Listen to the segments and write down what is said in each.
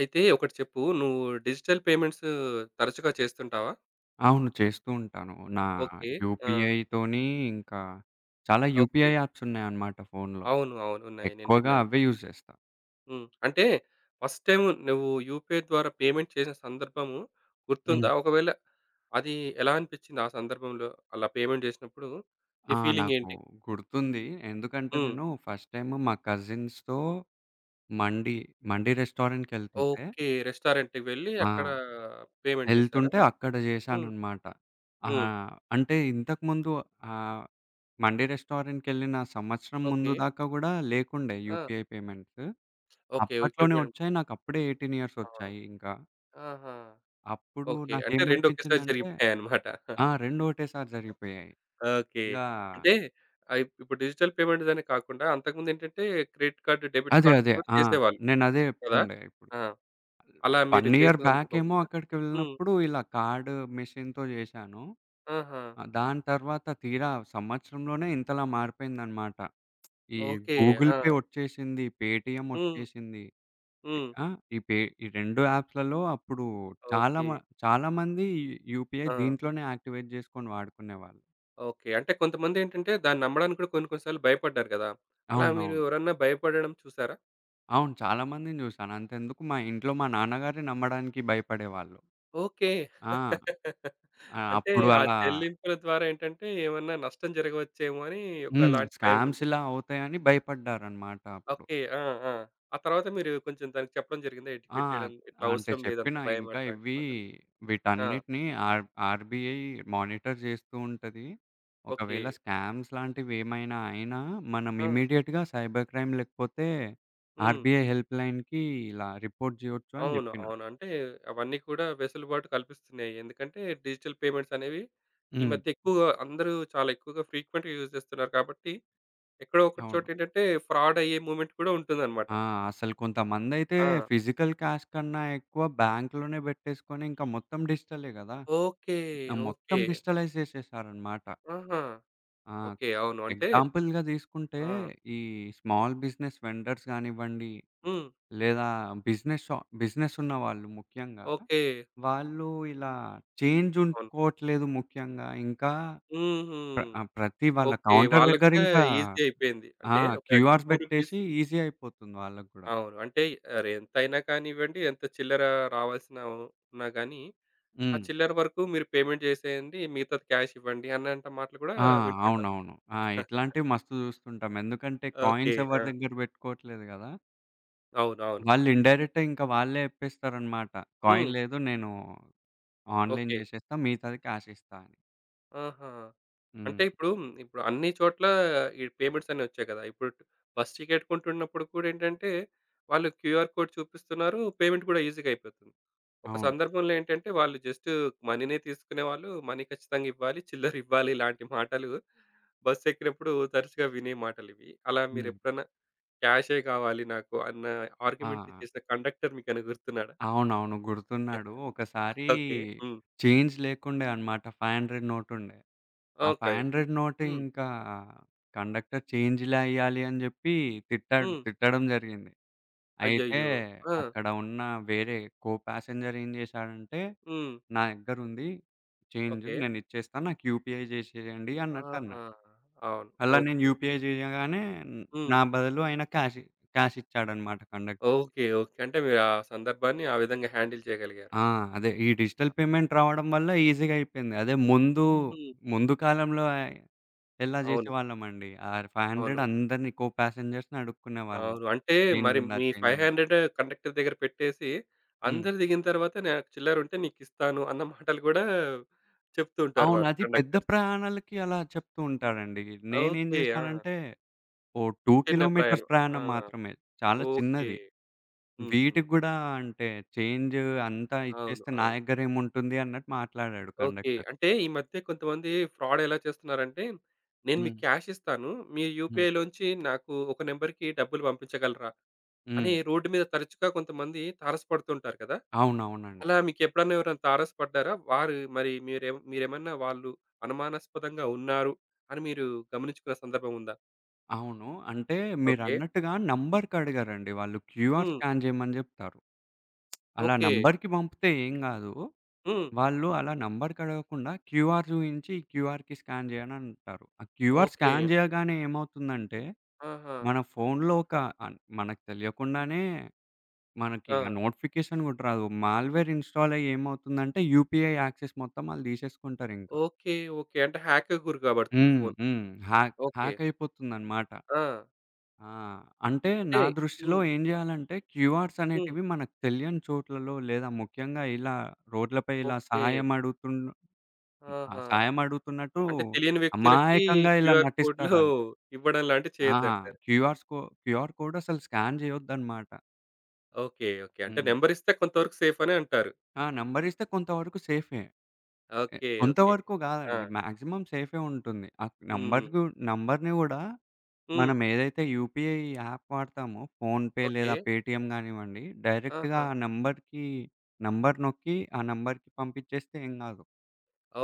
అయితే ఒకటి చెప్పు. నువ్వు డిజిటల్ పేమెంట్స్ తరచుగా చేస్తుంటావా? అవును. చేస్తూ ఉంటాను. నా ఓకే. ఆ! యూపీఐతోని ఇంకా చాలా యూపీఐ ఓకే. యాప్స్ ఉన్నాయన్నమాట ఫోనులో. అవును. అవును. ఉన్నాయి. నేను ఎక్కువగా విన్నాను. అవే యూజ్ చేస్తా. హ్మ్. అంటే ఫస్ట్ టైమ్ నువ్వు యూపీఐ ద్వారా పేమెంట్ చేసిన సందర్భము హ్మ్. గుర్తుందా? ఒకవేళ అది ఎలా అనిపిచ్చింది ఆ సందర్భంలో? అలా పేమెంట్ చేసినప్పుడు నీ ఆ! ఫీలింగ్ నాకు ఏంటి? గుర్తుంది. ఎందుకంటే హ్మ్. నేను ఫస్ట్ టైమ్ మా కజిన్స్‌తో మండి, మండి రెస్టారెంట్‌కెళ్తుంటే, ఓకే. రెస్టారెంట్‌కి వెళ్ళి ఆ, అక్కడ పేమెంట్ చేశారా? ఎళ్తుంటే అక్కడ హ్మ్. చేశానన్నమాట. ఆహా! హ్మ్. అంటే ఇంతకుముందు, ఆహ్, మండి రెస్టారెంట్‌కెళ్ళిన సంవత్సరం ఓకే. ముందు దాకా గూడా లేకుండే ఆ! UPI payments. ఓకే. ఓకే. అప్పట్లోనే వచ్చాయి. నాకప్పుడే 18 ఇయర్స్ అవును. వచ్చాయి ఇంకా. ఆహా! అప్పుడు ఓకే. అంటే 2 ఒకేసారి నాకేమనిపించిందంటే, జరిగిపోయాయన్నమాట. ఆ, 2 ఒకటేసారి జరిగిపోయాయి. ఓకే. ఇగా అంటే ఇప్పుడు డిజిటల్ పేమెంట్ అనే కాకుండా అంతకుముందేంటంటే క్రెడిట్ కార్డ్, డెబిట్ అదే. కార్డ్ అదే. కూడా ఆ! చేసేవాళ్ళు నేనదే కదా! చెప్తుండే ఇప్పుడు. ఆ! అలా 1 మీరు ఇయర్ చేసిన సందర్భం బ్యాకేమో ఉందా? హ్మ్. అక్కడికెళ్ళినప్పుడు ఇలా కార్డ్ మెషిన్‌తో చేశాను. ఆహా! దాని తర్వాత తీరా సంవత్సరంలోనే ఇంతలా మారిపోయిందనమాట. ఈ ఓకే. గూగుల్ ఆ! పే వచ్చేసింది, పేటీఎం హ్మ్. వచ్చేసింది. హ్మ్. ఆ! ఈ పే ఈ 2 యాప్స్‌లలో అప్పుడు చాలా ఓకే. మ చాలా మంది యూపీఐ ఆ! దీంట్లోనే యాక్టివేట్ చేసుకొని వాడుకునేవాళ్ళు. ఓకే. అంటే కొంతమందేంటంటే దాన్ని నమ్మడానికి కూడా కొన్ని కొన్ని సార్లు భయపడ్డారు కదా! అలా మీరు అవునవును. ఎవరన్నా భయపడడం చూసారా? అవును. చాలా మందిని జూశాను. అంతెందుకు, మా ఇంట్లో మా నాన్నగారే నమ్మడానికి భయపడేవాళ్ళు. ఓకే. ఆ! అంటే అప్పుడు ఆ అలా, చెల్లింపుల ద్వారా ఏంటంటే ఏమన్నా నష్టం జరగవచ్చేమో అని హ్మ్, ఒకలాంటి స్కామ్స్ భయముండేది. ఇలా అవుతాయని భయపడ్డారనమాట అప్పుడు. ఓకే. ఆ! ఆ! ఆ తర్వాత మీరు కొంచెం దానికి చెప్పడం జరిగిందా? ఆ! ఎడ్యుకేట్ చేయడం ఇట్లా అంటే అవసరం లేదంత చెప్పినా భయం ఇంకా అట్లాంటి ఇవి, మాటలు. ఆ! వీటన్నిటిని ఆర్‌బీఐ మానిటర్ జేస్తూ ఉంటది. ఓకే. ఒకవేళ స్కామ్స్ లాంటివేమైనా అయినా మనం ఆ! ఇమ్మీడియేట్‌గా సైబర్ క్రైమ్ లేకపోతే హ్మ్. ఆర్‌బీఐ హెల్ప్‌లైన్‌కి ఇలా రిపోర్ట్ జేయొచ్చు అని అవును. జెప్పిన. అవును. అంటే అవన్నీ కూడా వెసులుబాటు కల్పిస్తున్నాయి. ఎందుకంటే డిజిటల్ పేమెంట్స్ అనేవి ఈ హ్మ్. మధ్య ఎక్కువగా అందరూ చాలా ఎక్కువగా ఫ్రీక్వెంట్‌గా యూజ్ చేస్తున్నారు కాబట్టి ఎక్కడో ఒక చోట అవును. ఏంటంటే ఫ్రాడ్ అయ్యే మూవ్‌మెంట్ కూడా ఉంటుందన్నమాట. ఆ! అసలు కొంతమందైతే ఆ! ఫిజికల్ క్యాష్ కన్నా ఎక్కువ బ్యాంక్‌లోనే బెట్టేసుకొని ఇంకా మొత్తం డిజిటలే గదా! ఓకే. ఆ! మొత్తం ఓకే. డిజిటలైజ్ జేసేశారనమాట. ఆహా! ఆ! ఓకే. అవును. అంటే ఎగ్జాంపుల్‌గా దీసుకుంటే ఆ! ఈ స్మాల్ బిజినెస్ వెండర్స్ గానివ్వండి, హ్మ్. లేదా బిజినెస్ షా బిజినెస్ ఉన్నవాళ్ళు ముఖ్యంగా, ఓకే. వాళ్ళు ఇలా చేంజ్ అవును. ఉంచుకోవట్లేదు ముఖ్యంగా. ఇంకా హుహు. ప్రతి వాళ్ళ ఓకే. కౌంటర్ వాళ్ళకి కూడా దగ్గరింకా, ఈజీ అయిపోయింది. ఆ, అంటే ఒక క్యూఆర్స్ రూ. 2. బెట్టేసి ఈజీ అయిపోతుంది వాళ్ళకి గూడా. అవును. అంటే అరే ఎంతైనా కానివ్వండి, ఎంత చిల్లర రావాల్సిన ఉన్నా గానీ, ఆ హ్మ్. చిల్లర వరకు మీరు పేమెంట్ చేసేయండి. మిగతాది క్యాష్ ఇవ్వండి అన్నంట మాటలు కూడా ఆ! వింటుంటాం. అవునవును. ఆ! ఇట్లాంటివి మస్తు జూస్తుంటాం. ఎందుకంటే ఓకే. కాయిన్స్ ఆ! ఎవరి దగ్గర బెట్టుకోవట్లేదు గదా! అవునవును. వాళ్ళు ఇండైరెక్ట్‌గా ఇంకా వాళ్ళే జెప్పేస్తారనమాట. హ్మ్. కాయిన్ లేదు, నేను ఆన్‌లైన్ ఓకే. జేసేస్తా, మిగతాది క్యాష్ ఇస్తా అని. ఆహా! హ్మ్. అంటే ఇప్పుడు ఇప్పుడు అన్ని చోట్ల ఈ పేమెంట్స్ అన్నీ వచ్చాయి కదా! ఇప్పుడు బస్ టికెట్ కొంటున్నప్పుడు కూడా ఏంటంటే, వాళ్ళు క్యూఆర్ కోడ్ చూపిస్తున్నారు. పేమెంట్ కూడా ఈజీగా అయిపోతుంది. ఒక అవును. సందర్భంలో ఏంటంటే, వాళ్ళు జస్ట్ మనీనే తీసుకునేవాళ్ళు. మనీ ఖచ్చితంగా ఇవ్వాలి. చిల్లర ఇవ్వాలి. ఇలాంటి మాటలు బస్సు ఎక్కినప్పుడు తరచుగా వినే మాటలివి. అలా హ్మ్. మీరెప్పుడన్నా క్యాషే కావాలి నాకు అన్న ఆ! ఆర్గ్యుమెంట్ ఆ! చేసిన కండక్టర్ మీకేమైనా గుర్తున్నాడా? అవునవును. గుర్తున్నాడు. ఒకసారి ఓకే. హ్మ్. చేంజ్ లేకుండే అన్నమాట. 500 నోట్ ఉండే. ఆ ఓకే. 500 నోట్ హ్మ్. ఇంకా కండక్టర్ చేంజ్‌లే ఇయ్యాలి అని జెప్పి తిట్టాడు. హ్మ్. తిట్టడం జరిగింది. అయితే అయ్యయ్యో! ఆ! అక్కడ ఉన్న వేరే కో ప్యాసెంజర్ ఏం చేశాడంటే, హ్మ్. "నా దగ్గరుంది, చేంజ్ ఓకే. నేనిచ్చేస్తా, నాకు యూపీఐ చేసేయండి" అన్నట్టు ఆహా! అన్నాడు. అవును. అలా నేను ఓకే. UPI okay. చేయగానే న- హ్మ్. నా బదులు ఆయన క్యాష్ క్యాష్ ఇచ్చాడన్నమాట కండక్టర్. ఓకే. ఓకే. అంటే మీరు ఆ సందర్భాన్ని ఆ విధంగా హ్యాండిల్ చేయగలిగారు. ఆ! అదే ఈ డిజిటల్ అవును. పేమెంట్ రావడం వల్ల ఈజీగా అయిపోయింది. అదే ముందు, హుహు. ముందు కాలంలో ఎలా అవును. చేసేవాళ్ళమండి. ఆ అవును. 500 అందరిని కో ప్యాసెంజర్స్‌ని అడుక్కునేవాళ్ళం. అవును. అంటే చేంజ్ మరి ఉందా? మీ చేంజ్ ఉందా? 500 కండక్టర్ దగ్గర పెట్టేసి, హ్మ్. అందరు దిగిన తర్వాత నాకు చిల్లరుంటే నీకిస్తాను అన్న మాటలు గూడా చెప్తూ ఉంటారు అవును. వారు అది పెద్ద కండక్టర్స్. ప్రయాణాలకి అలా చెప్తూ ఉంటాడండి. నేనేం ఓకే. ఆ! జేశానంటే, ఓ 2 చిన్న కిలోమీటర్స్ ప్రయాణం. ఆ! ప్రయాణం మాత్రమే. చాలా ఓకే. చిన్నది. హుహు. వీటికి గూడా అంటే చేంజ్ అంతా అవును. ఇచ్చేస్తే నా అవును. దగ్గర ఏముంటుంది అన్నట్టు మాట్లాడాడు ఓకే. కండక్టర్. అంటే ఈ మధ్య కొంతమంది ఫ్రాడ్ ఎలా చేస్తున్నారంటే, నేను హ్మ్. మీకు క్యాష్ ఇస్తాను. మీ హ్మ్. యూపీఐలోంచి నాకు ఒక నంబర్‌కి డబ్బులు పంపించగలరా? అని హ్మ్. రోడ్డు మీద తరచుగా కొంతమంది తారసపడుతుంటారు కదా! అవునవునండి. అలా మీకెప్పుడన్నా ఎవరైనా తారసపడ్డారా? వారు మరి మీరేమన్నా వాళ్ళు అనుమానాస్పదంగా ఉన్నారు అని మీరు గమనించుకున్న సందర్భం ఉందా? అవును. అంటే ఓకే. మీరన్నట్టుగా నంబర్‌కడిగారండి వాళ్ళు. క్యూఆర్ హ్మ్. స్కాన్ జేయమని జెప్తారు. అలా ఓకే. నంబర్‌కి పంపితే ఏం గాదు. హ్మ్. వాళ్ళు అలా నంబర్ కడగకుండా క్యూఆర్ చూయించి, ఈ క్యూఆర్‌కి స్కాన్ చేయండి అంటారు. ఆ క్యూఆర్ ఓకే. స్కాన్ చేయగానే ఏమవుతుందంటే, ఆహా! మన ఫోన్‌లో ఒక, మనకు తెలియకుండానే మనకి ఆ! ఆ నోటిఫికేషన్ కూడా రాదు. మాల్‌వేర్ ఇన్‌స్టాల్ అయ్యి ఏమవుతుందంటే, యూపీఐ యాక్సెస్ మొత్తం ఆళ్ళు తీసేసుకుంటారింకా. ఓకే. ఓకే. అంటే హ్యాక్‌కి గురి కాబడుతుంది హ్మ్. ఫోను. హ్మ్. Hack okay. హ్యాక్ అయిపోతుందనమాట. ఆ! ఆ! అంటే నా అంటే దృష్టిలో హ్మ్. ఏం చేయాలంటే, క్యూఆర్స్ హ్మ్. అనేటివి మనకు తెలియని చోట్లలో, లేదా ముఖ్యంగా ఇలా రోడ్లపై ఇలా ఓకే. సహాయం అడుగుతున్న, ఆ, ఆహా! సాయం అడుగుతున్నట్టు అంటే తెలియని వ్యక్తులకి అమాయకంగా ఇలా క్యూఆర్ కోడ్‌లు నటిస్తారాళ్ళు. ఇవ్వడం లాంటివి ఆ! చేయొద్దంటారు. క్యూఆర్స్ కో క్యూఆర్ కోడ్ అసలు స్కాన్ చేయొద్దనమాట. ఓకే. ఓకే. అంటే హ్మ్. నంబరిస్తే కొంతవరకు సేఫ్ అనే అంటారు. ఆ! నంబరిస్తే కొంతవరకు సేఫే. ఓకే. ఓకే. కొంతవరకు ఆ! గాదండి, మాక్సిమం సేఫే ఉంటుంది. ఆ నంబర్ హ్మ్. గు నంబర్‌ని గూడా హ్మ్. మనం ఏదైతే యూపీఐ యాప్ వాడతామో ఫోన్‌పే ఓకే. లేదా పేటీఎం గానివ్వండి, డైరెక్ట్‌గా ఆహా! ఆ నంబర్‌కి, నంబర్ నొక్కి ఆ నంబర్‌కి పంపించేస్తే ఏం గాదు.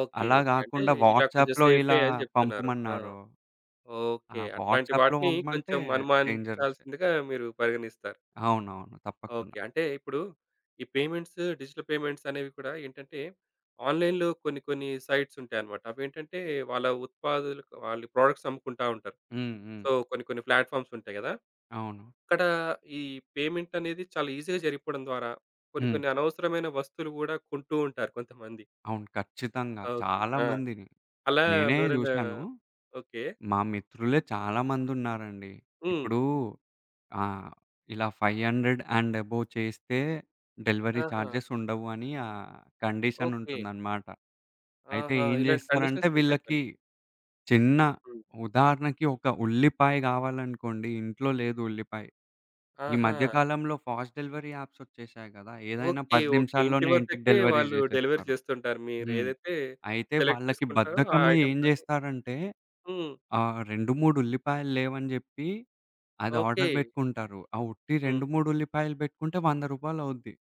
ఓకే. అలా ఓకే. అంటే గాకుండా ఇలా కొంచెం వాట్సాప్‌లో ఇలా సేఫే అని చెప్తున్నారు. ఆ! పంపమన్నారో, ఆ, ఓకే. అట్లాంటి వాట్సాప్‌లో వాటిని పంపమంటే కొంచెం డేంజరసే. అనుమానించాల్సిందిగా మీరు పరిగణిస్తారు. అవునవును. తప్పకుండా. ఓకే. అంటే ఇప్పుడు ఈ పేమెంట్స్, డిజిటల్ పేమెంట్స్ అనేవి కూడా ఏంటంటే, ఆన్‌లైన్‌లో కొన్ని కొన్ని సైట్స్ ఉంటాయన్నమాట. అవేంటంటే వాళ్ళ ఉత్పాదులకు వాళ్ళు ప్రొడక్ట్స్ అమ్ముకుంటా ఉంటారు. హ్మ్. హ్మ్. సో, కొన్ని కొన్ని ప్లాట్‌ఫార్మ్స్ ఉంటాయి గదా! అవును. అక్కడ ఈ పేమెంట్ అనేది చాలా ఈజీగా జరిగిపోవడం ద్వారా కొన్ని హ్మ్. కొన్ని అనవసరమైన వస్తువులు గూడా కొంటూ ఉంటారు కొంతమంది. అవును. ఖచ్చితంగా. ఓకే. చాలా ఆ! మందిని. అలా నేనే ఎవరైనా జూశాను. ఓకే. మా మిత్రులే చాలా మందున్నారండి. హ్మ్. ఇప్పుడు, ఆ, ఇలా 500 అండ్ అబోవ్ చేస్తే డెలివరీ ఆహా! చార్జెస్ ఉండవు అని ఆ కండిషన్ ఓకే. ఉంటుందన్నమాట. అయితే ఆహా! ఏం ఇలాంటి జేస్తారంటే కండిషన్స్ ఉంటాయి వీళ్ళకి, కొన్ని. చిన్న హ్మ్. ఉదాహరణకి, ఒక ఉల్లిపాయ గావాలనుకోండి, ఇంట్లో లేదు ఉల్లిపాయ. ఈ ఆహా! మధ్య కాలంలో ఫాస్ట్ డెలివరీ యాప్సొచ్చేశాయి గదా! ఏదైనా ఓకే. 10 ఓకే. ఇంటి నిమిషాల్లోనే ఇంటికి వద్దకే డెలివరీ వాళ్ళు డెలివరీ జేసేస్తారు. చేస్తుంటారు. హ్మ్. మీరేదైతే అయితే సెలెక్ట్ వాళ్ళకి చేసుకుంటారో ఆ బద్ధకమై ఏం ఐటెమ్స్ అన్నీ. జేస్తారంటే, హ్మ్. 2, 3 ఉల్లిపాయలు లేవని జెప్పి అది ఓకే. ఆర్డర్ బెట్టుకుంటారు. ఆ ఉట్టి 2, హుహు. 3 ఉల్లిపాయలు బెట్టుకుంటే రూ. 100 అవుద్ది.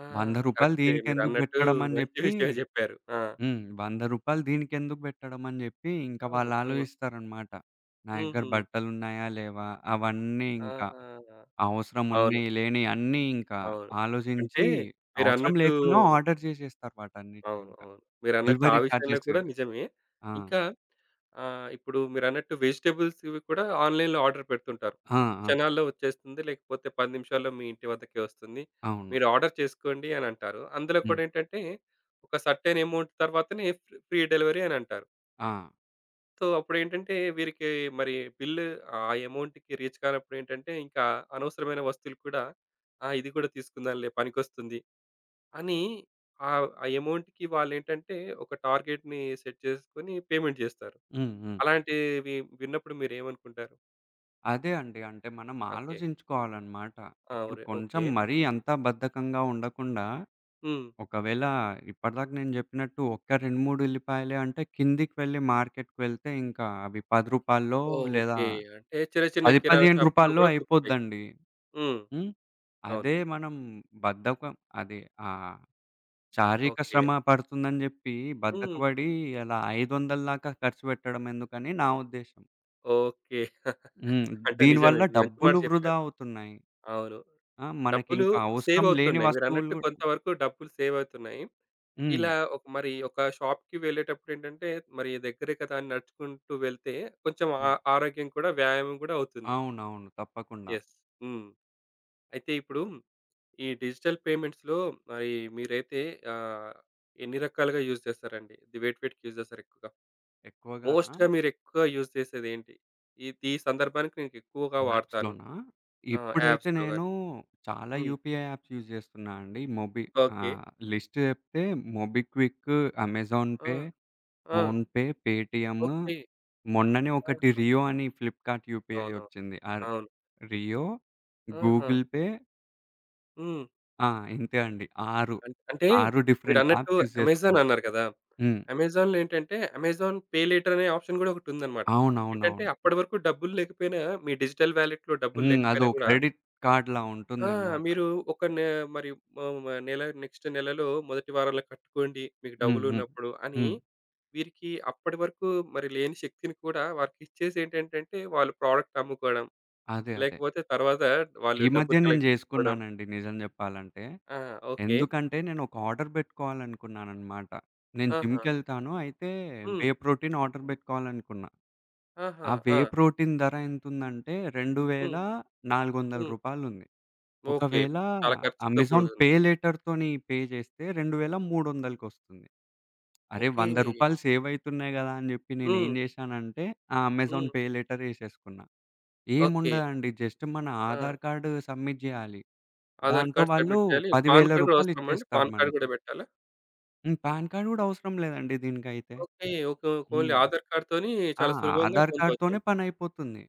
ఆ! రూ. 100 కరెక్టే. దీనికెందుకు మీరన్నట్టు బెట్టడం అని మంచి జెప్పి, విషయమే జెప్పారు. ఆ! హ్మ్. రూ. 100 దీనికెందుకు బెట్టడం అని జెప్పి ఇంకా అవును. హ్మ్. వాళ్ళాలోచిస్తారనమాట. నా దగ్గర హుహు. బట్టలున్నాయా? లేవా? అవన్నీ ఇంక. ఆహా! అవసరం అవును. ఉన్నయి, లేనియి అన్నీ ఇంకా అవును. అంటే ఆలోచించి అవసరం మీరన్నట్టు లేకున్నా ఆర్డర్ చేసేస్తారు అవును. వాటన్నిటినింకా. అవును. మీరన్నట్టు ఆ డెలివరీ విషయంలో చార్జెస్. కూడా నిజమే. ఆ! ఇంకా ఆ! ఇప్పుడు మీరన్నట్టు వెజిటబుల్స్ ఇవి కూడా ఆన్‌లైన్‌లో ఆర్డర్ పెడుతుంటారు. ఆ! ఆ! క్షణాల్లో వచ్చేస్తుంది. లేకపోతే 10 నిమిషాల్లో మీ ఇంటి వద్దకే వస్తుంది. అవును. మీరు ఆర్డర్ చేసుకోండి అని అంటారు. అందులో హ్మ్. కూడా ఏంటంటే ఒక సర్టెన్ అమౌంట్ తర్వాతనే ఫ్రీ ఫ్రీ డెలివరీ అని అంటారు. ఆ! సో, అప్పుడేంటంటే వీరికి మరి బిల్లు ఆ అమౌంట్‌కి రీచ్ కానప్పుడు ఏంటంటే ఇంకా అనవసరమైన వస్తువులు కూడా ఆ! ఇది కూడా తీసుకుందాంలే పనికొస్తుంది అని ఆ అమౌంట్‌కి వాళ్ళేంటంటే ఒక టార్గెట్‌ని సెట్ చేసుకొని పేమెంట్ చేస్తారు. హ్మ్. హ్మ్. అలాంటివి విన్నప్పుడు మీరేమనుకుంటారు? అదే అండి. అంటే మనం ఓకే. ఆలోచించుకోవాలనమాట. ఆ! ఇప్పుడు ఒరే కొంచెం ఓకే. మరీ అంత బద్ధకంగా ఉండకుండా, హ్మ్. ఒకవేళ ఇప్పటిదాకా నేను జెప్పినట్టు ఒక్క 2, 3 ఎల్లిపాయలే అంటే కిందికి వెళ్ళి మార్కెట్‌కి వెళ్తే ఇంకా అవి రూ. 10లో, లేదా ఓకే. అంటే చిన్న రూ. చిన్న 10, రూ. కిరాణా షాపుల్లో 15లో కూడా దొరుకుతాయి. అయిపోద్దండి. హ్మ్. హ్మ్. అవును. అదే మనం బద్ధకం, అదే, ఆహ్, శారీరక ఓకే. శ్రమ పడుతుందని జెప్పి హ్మ్. బద్ధకబడి అలా 500 దాకా ఖర్చు పెట్టడం ఎందుకని నా ఉద్దేశ్యం. ఓకే. హ్మ్. అంటే నిజమే. దీనివల్ల మంచి మాట డబ్బులు వృధా చెప్పారు. అవుతున్నాయి. అవును. ఆ! డబ్బులు మనకింకా సేవ్ అవసరం లేని అవుతున్నాయి. వస్తువులు మీరన్నట్టు గూడా. కొంతవరకు డబ్బులు సేవ్ అవుతున్నాయి. హ్మ్. ఇలా ఒక మరి ఒక షాప్‌కి వెళ్ళేటప్పుడు ఏంటంటే మరి దగ్గరే కదా! అని నడుచుకుంటూ వెళ్తే కొంచెం హ్మ్. ఆ ఆరోగ్యం కూడా వ్యాయామం కూడా అవుతుంది. అవునవును. తప్పకుండా. యెస్. హ్మ్. అయితే ఇప్పుడు ఈ డిజిటల్ పేమెంట్స్‌లో మరి మీరైతే ఆహ్, ఎన్ని రకాలుగా యూజ్ చేస్తారండి? వేటి వేటికి యూజ్ చేస్తారు ఎక్కువగా? ఎక్కువగానా? మోస్ట్‌గా మీరెక్కువగా యూజ్ చేసేదేంటి? ఇది ఈ ఈ సందర్భానికి నేనెక్కువగా వాడతాను. యాప్స్‌లోనా? ఆ! ఇప్పుడైతే యాప్స్‌లో నేను గాని. చాలా హ్మ్. యూపీఐ యాప్స్ యూజ్ చేస్తున్నా అండి. ఓకే. ఆహ్, లిస్ట్ జెప్తే మొబిక్విక్, అమెజాన్ ఆ! పే, ఆ! PhonePe, Paytm. ఓకే. మొన్ననే ఒకటి ఆహా! 'రియో' అని ఫ్లిప్‌కార్ట్ యూపీఐ అవునవును. వచ్చింది. ఆ అవును. 'రియో', ఆహా! Google pay. హ్మ్. ఆ! ఇంతే అండి. 6, అంటే 6 డిఫరెంట్ మీరన్నట్టు యాప్స్ యూజ్ అమెజాన్ చేస్తుంది. అన్నారు కదా! హ్మ్. అమెజాన్‌లో ఏంటంటే అమెజాన్ పే లేటర్ అనే ఆప్షన్ కూడా ఒకటుందన్నమాట. ఏంటంటే అవునవునవును. అప్పటి వరకు డబ్బులు లేకపోయినా మీ డిజిటల్ వాలెట్‌లో డబ్బులు హ్మ్. అదో లేకపోయినా కూడా క్రెడిట్ కార్డ్‌లా ఆ! ఉంటుందన్నమాట. మీరు ఒక నె మరి ఆహ్, మ నెల నెక్స్ట్ నెలలో మొదటి వారంలో కట్టుకోండి. మీకు హ్మ్. హ్మ్. డబ్బులున్నప్పుడు అని హ్మ్. వీరికి అప్పటి వరకు మరి లేని శక్తిని కూడా వారికిచ్చేసి ఏంటంటంటే వాళ్ళు ప్రోడక్ట్ అమ్ముకోవడం. అదే. అదే. లేకపోతే తర్వాత వాళ్ళు ఈ మధ్య డబ్బులు నేను కలెక్ట్ చేసుకోవడం. చేసుకున్నానండి నిజం చెప్పాలంటే. ఆ! ఓకే. ఎందుకంటే నేను ఒక ఆర్డర్ పెట్టుకోవాలనుకున్నానన్నమాట. నేను ఆహా! జిమ్‌కెళ్తాను. అయితే హ్మ్. వే ప్రోటీన్ ఆర్డర్ పెట్టుకోవాలనుకున్నా. ఆ ఆహా! వే ఆ! ప్రోటీన్ ధర ఎంతుందంటే రూ. హ్మ్. 2400 హ్మ్. రూపాయలుంది. ఓకే. ఒకవేళ చాలా ఖర్చుతో అమెజాన్ పే కూడుకుంది. లేటర్‌తోని పే చేస్తే 2300కొస్తుంది. అరే! రూ. ఓకే. 100 సేవ్ అయితున్నాయి గదా! అని జెప్పి హ్మ్. నేనేం జేశానంటే ఆ హ్మ్. అమెజాన్ పే లేటర్ ఏసేసుకున్నా. ఓకే. ఏముండదండి. జస్ట్ మన ఆ! ఆధార్ కార్డ్ సబ్మిట్ జేయాలి. ఆధార్ దాంతో కార్డ్ వాళ్ళు సబ్మిట్ చేయాలి. పాన్ 10,000 కార్డ్ కూడా అవసరమా అండి? రూపాయలిచ్చేస్తారు పాన్ కార్డ్ మనకి. కూడా పెట్టాలా? హ్మ్. పాన్ కార్డ్ గూడా అవసరం లేదండి దీనికైతే. ఓకే. ఓకే. ఓకే. ఓన్లీ హ్మ్. ఆధార్ కార్డ్‌తోని ఆ! చాలా సులభంగా ఆధార్ కార్డ్‌తోనే పొందవచ్చండి. పనయిపోతుంది.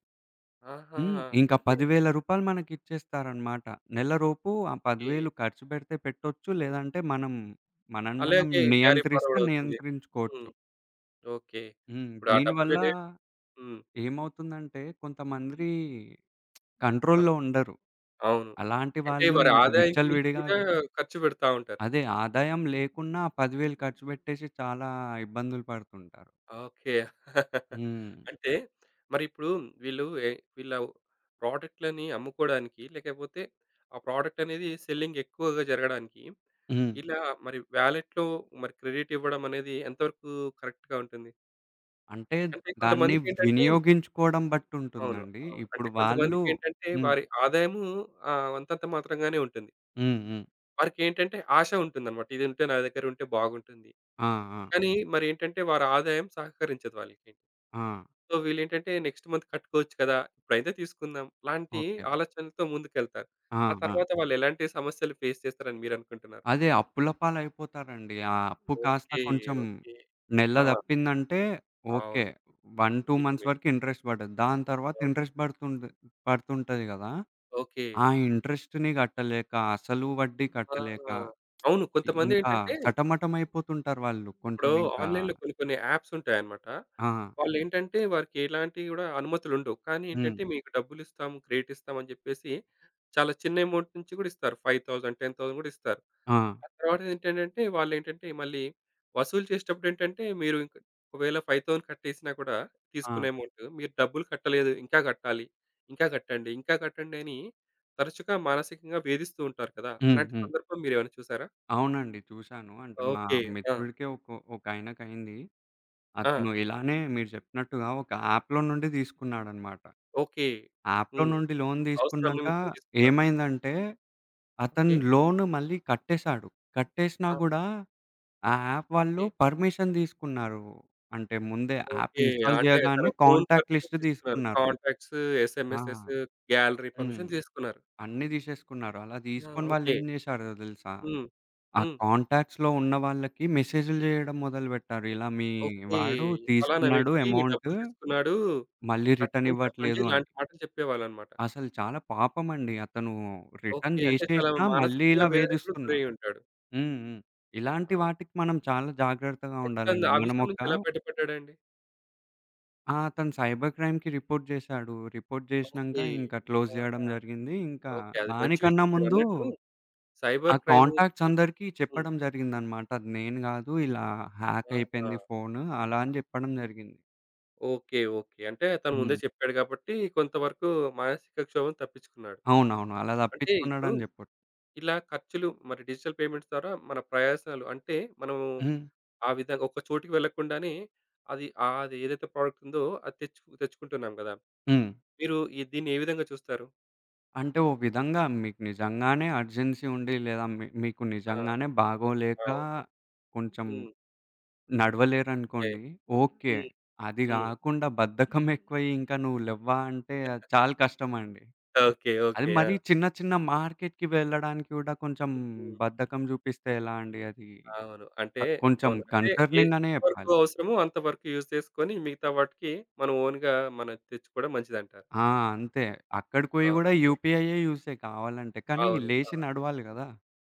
ఆహా! హ్మ్. ఇంకా రూ. ఓకే. 10,000 మనకిచ్చేస్తారనమాట. నెలలోపు ఆ ఓకే. 10,000 ఖర్చు పెడితే పెట్టొచ్చు. లేదంటే మనం, మనని మనం అలాగే క్యారీ నియంత్రిస్తే ఫార్వర్డ్ అవుతుంది. నియంత్రించుకోవచ్చు. హ్మ్. ఓకే. హ్మ్. ఇప్పుడు ఆ దీనివల్ల డబ్బులనేవి హ్మ్. ఏమవుతుందంటే కొంతమంది ఆ! కంట్రోల్‌లో ఉండరు. అవును. అలాంటి అంటే వాళ్ళు వారి ఇంకా ఆదాయానికి మించి విచ్చలవిడిగా, కూడా ఖర్చు పెడతా ఉంటారు. అదే, ఆదాయం లేకున్నా 10,000 ఖర్చు పెట్టేసి చాలా ఇబ్బందులు పడుతుంటారు. ఓకే. హ్మ్. అంటే మరిప్పుడు వీళ్ళు ఎ వీళ్ళ ప్రాడక్ట్‌లని అమ్ముకోవడానికి లేకపోతే ఆ ప్రాడక్ట్ అనేది సెల్లింగ్ ఎక్కువగా జరగడానికి హ్మ్. ఇలా మరి వాలెట్‌లో మరి క్రెడిట్ ఇవ్వడం అనేది ఎంతవరకు కరెక్ట్‌గా ఉంటుంది? అంటే అంటే దాన్ని కొంతమందికేంటంటే వినియోగించుకోవడం బట్టి అవును. ఉంటుందండి. అవును. ఇప్పుడు అంటే వాళ్ళు, కొంతమందికేంటంటే హ్మ్, వారి ఆదాయము అంతంత మాత్రంగానే ఉంటుంది. హ్మ్, హ్మ్, వారికేంటంటే ఆశ ఉంటుందన్నమాట. ఇది ఉంటే నా దగ్గర ఉంటే బాగుంటుంది. ఆ! ఆ! కానీ మరేంటంటే వారి ఆదాయం సహకరించదు వాళ్ళకి. ఆ! సో, వీళ్ళేంటంటే నెక్స్ట్ మంత్ కట్టుకోవచ్చు కదా! ఇప్పుడైతే తీసుకుందాం. లాంటి ఓకే. ఆలోచనలతో ముందుకెళ్తారు. ఆ! ఆ ఆ! తర్వాత వాళ్ళెలాంటి సమస్యలు ఫేస్ చేస్తారని మీరనుకుంటున్నారు? అదే అప్పుల పాలైపోతారండి. ఆ అప్పు కాస్త ఓకే. కొంచెం ఓకే. నెల ఆ! తప్పిందంటే, ఓకే, అవును. 1, 2 మంత్స్ నిజమే. వరకు ఇంట్రెస్ట్ పడదు. దాని తర్వాత అవును. ఇంట్రెస్ట్ పడుతుంది, పడుతుంటది కదా! ఓకే. ఆ ఇంట్రెస్ట్‌ని కట్టలేక, అసలు వడ్డీ ఆ! కట్టలేక, అవును. ఇంకా కొంతమందేంటంటే సటమటమైపోతుంటారు వాళ్ళు. కొంచెం ఇప్పుడు ఇంకా, ఆన్‌లైన్‌లో కొన్ని కొన్ని యాప్స్ ఉంటాయన్నమాట. ఆ, వాళ్ళేంటంటే వారికి ఎలాంటివి గూడా అనుమతులు ఉండవు. కానీ హ్మ్, ఏంటంటే మీకు డబ్బులిస్తాం, క్రెడిట్ ఇస్తాం అని చెప్పేసి చాలా చిన్న అమౌంట్ నుంచి గూడా ఇస్తారు. 5,000, 10,000 గూడా ఇస్తారు. ఆ, ఆ తర్వాత ఏంటంటే వాళ్ళేంటంటే మళ్ళీ వసూలు చేసేటప్పుడు ఏంటంటే మీరు ఇంక ఒకవేళ 5,000 కట్టేసినా కూడా ఆ, తీసుకున్న అమౌంట్ మీరు డబ్బులు కట్టలేదు. ఇంకా కట్టాలి, ఇంకా కట్టండి, ఇంకా కట్టండి అని తరచుగా మానసికంగా వేధిస్తూ ఉంటారు కదా! హ్మ్, అలాంటి హ్మ్. సందర్భం మీరేమైనా చూసారా? అవునండి. చూశాను. అంటే మా ఓకే. ఆ! మిత్రుడికే ఒకాయనకయింది. ఆ! అతను ఇలానే మీరు చెప్పినట్టుగా ఒక యాప్‌లో నుండి తీసుకున్నాడనమాట. ఓకే. యాప్‌లో హ్మ్. నుండి లోన్ అవసరం తీసుకున్నాక నిమిత్తం తీసుకున్నాడు. ఏమైందంటే, అతను ఓకే. లోన్ మళ్ళీ కట్టేశాడు. కట్టేసినా ఆ! గూడా ఆ యాప్ వాళ్ళు ఓకే. పర్మిషన్ తీసుకున్నారు. అంటే ముందే యాప్ ఓకే. ఇన్‌స్టాల్ అంటే తన చేయగానే ఫోను కాంటాక్ట్ పర్మిషన్ లిస్ట్ తీసుకున్నారు. తీసుకున్నారు. కాంటాక్ట్స్, ఆ! ఎస్ఎంఎసెస్, గ్యాలరీ హ్మ్. పర్మిషన్ తీసుకున్నారు. అన్నీ తీసేసుకున్నారు. అలా ఆ! తీసుకొని ఓకే. వాళ్ళేం చేశారో తెలుసా? హ్మ్. ఆ హ్మ్. కాంటాక్ట్స్‌లో ఉన్న వాళ్ళకి మెసేజ్‌లు చేయడం మొదలుపెట్టారు. ఇలా మీ ఓకే. వాడు ఫలానా తీసుకున్నాడు వ్యక్తి అమౌంట్, డబ్బులు తీసుకున్నాడు. మళ్ళీ రిటర్న్ కట్టమని చెప్పండి. ఇవ్వట్లేదు అని. ఇలాంటి మాటలు చెప్పేవాళ్ళనమాట. అసలు చాలా పాపమండి. అతను రిటర్న్ ఓకే. అంటే చాలా జేసేసినా మళ్ళీ మానసికంగా ఇలా వేదనకు కూడా వేధిస్తున్నారు. గురయ్యి ఉంటాడు. హ్మ్. హ్మ్. ఇలాంటి అవును. వాటికి మనం చాలా జాగ్రత్తగా అయితే తను ఉండాలండి. ఆ విషయం మనమొక, నుంచి ఎలా బయటపడ్డాడండి? ఆ, అతను సైబర్ క్రైమ్‌కి రిపోర్ట్ జేశాడు. రిపోర్ట్ జేసినంక ఓకే. ఇంకా క్లోజ్ జేయడం ఆహా! జరిగింది. ఇంకా ఓకే. అది మంచి దానికన్నా విషయం ముందు మీరన్నట్టు ఆ సైబర్ క్రైమ్ కాంటాక్ట్స్ ఇది. అందరికీ హ్మ్. చెప్పడం జరిగిందనమాట. అది నేను గాదు, ఇలా హ్యాక్ ఆహా! అయిపోయింది ఫోను అలా అని జెప్పడం జరిగింది. ఓకే. ఓకే. అంటే తను ముందే హ్మ్. చెప్పాడు కాబట్టి కొంతవరకు మానసిక క్షోభం తప్పించుకున్నాడు. అవునవును. అలా అంటే ఇప్పుడు తప్పించుకున్నాడని జెప్పొచ్చు. ఇలా ఖర్చులు మరి డిజిటల్ పేమెంట్స్ ద్వారా మన ప్రయాసాలు అంటే మనము హ్మ్. ఆ విధంగా ఒక చోటికి వెళ్ళకుండానే అది అది ఏదైతే ప్రొడక్ట్ ఉందో అది తెచ్చుకుంటున్నాం గదా! హ్మ్. మీరు ఈ దీన్ని ఏ విధంగా చూస్తారు? అంటే ఓ విధంగా మీకు నిజంగానే అర్జెన్సీ ఉండి, లేదా మీకు ఆ! నిజంగానే బాగోలేక అవును. కొంచెం హ్మ్. ఏ నడవలేరనుకోండి. ఓకే. హ్మ్. అది హ్మ్. గాకుండా బద్ధకం ఎక్కువై, ఇంకా నువ్వు లెవ్వా అంటే, అది చాలా కష్టమండి. ఓకే. అది ఓకే. ఆ! మరీ చిన్న చిన్న మార్కెట్‌కి వెళ్ళడానికి గూడా కొంచెం హ్మ్. బద్ధకం జూపిస్తే ఎలా అండి అది? అవును. అంటే కొంచెం అవును. అంటే ఏ కన్సర్నింగ్ అనే ఎంతవరకు జెప్పాలి. అవసరమో అంతవరకు యూజ్ చేసుకొని మిగతా వాటికి మనం ఓన్‌గా మనం తెచ్చుకోవడం మంచిదంటారు. ఆ! అంతే. అక్కడికి పోయి గూడా ఓకే. యూపీఐయే యూజ్ చేయి కావాలంటే. కానీ అవును. ఆ! లేషి నడవాలి గదా!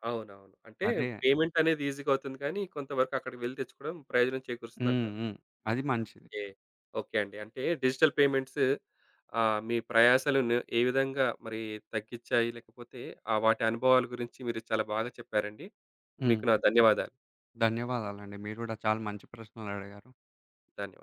అవునవును. అంటే అదే. పేమెంట్ అనేది ఈజీగా అవుతుంది కానీ, కొంతవరకు అక్కడికి వెళ్లి తెచ్చుకోవడం ప్రయోజనం హ్మ్. చేకూరుస్తుందంటారు. హ్మ్. అది మంచిది. ఓకే. ఓకే అండి. అంటే డిజిటల్ పేమెంట్స్ మీ ప్రయాసాలను ఏ విధంగా మరి తగ్గించాయి? లేకపోతే ఆ వాటి అనుభవాల గురించి మీరు చాలా బాగా చెప్పారండి. హ్మ్. మీకు నా ధన్యవాదాలు. ధన్యవాదాలండి. మీరు గూడా చాలా మంచి ప్రశ్నలడిగారు. ధన్యవాదాలు.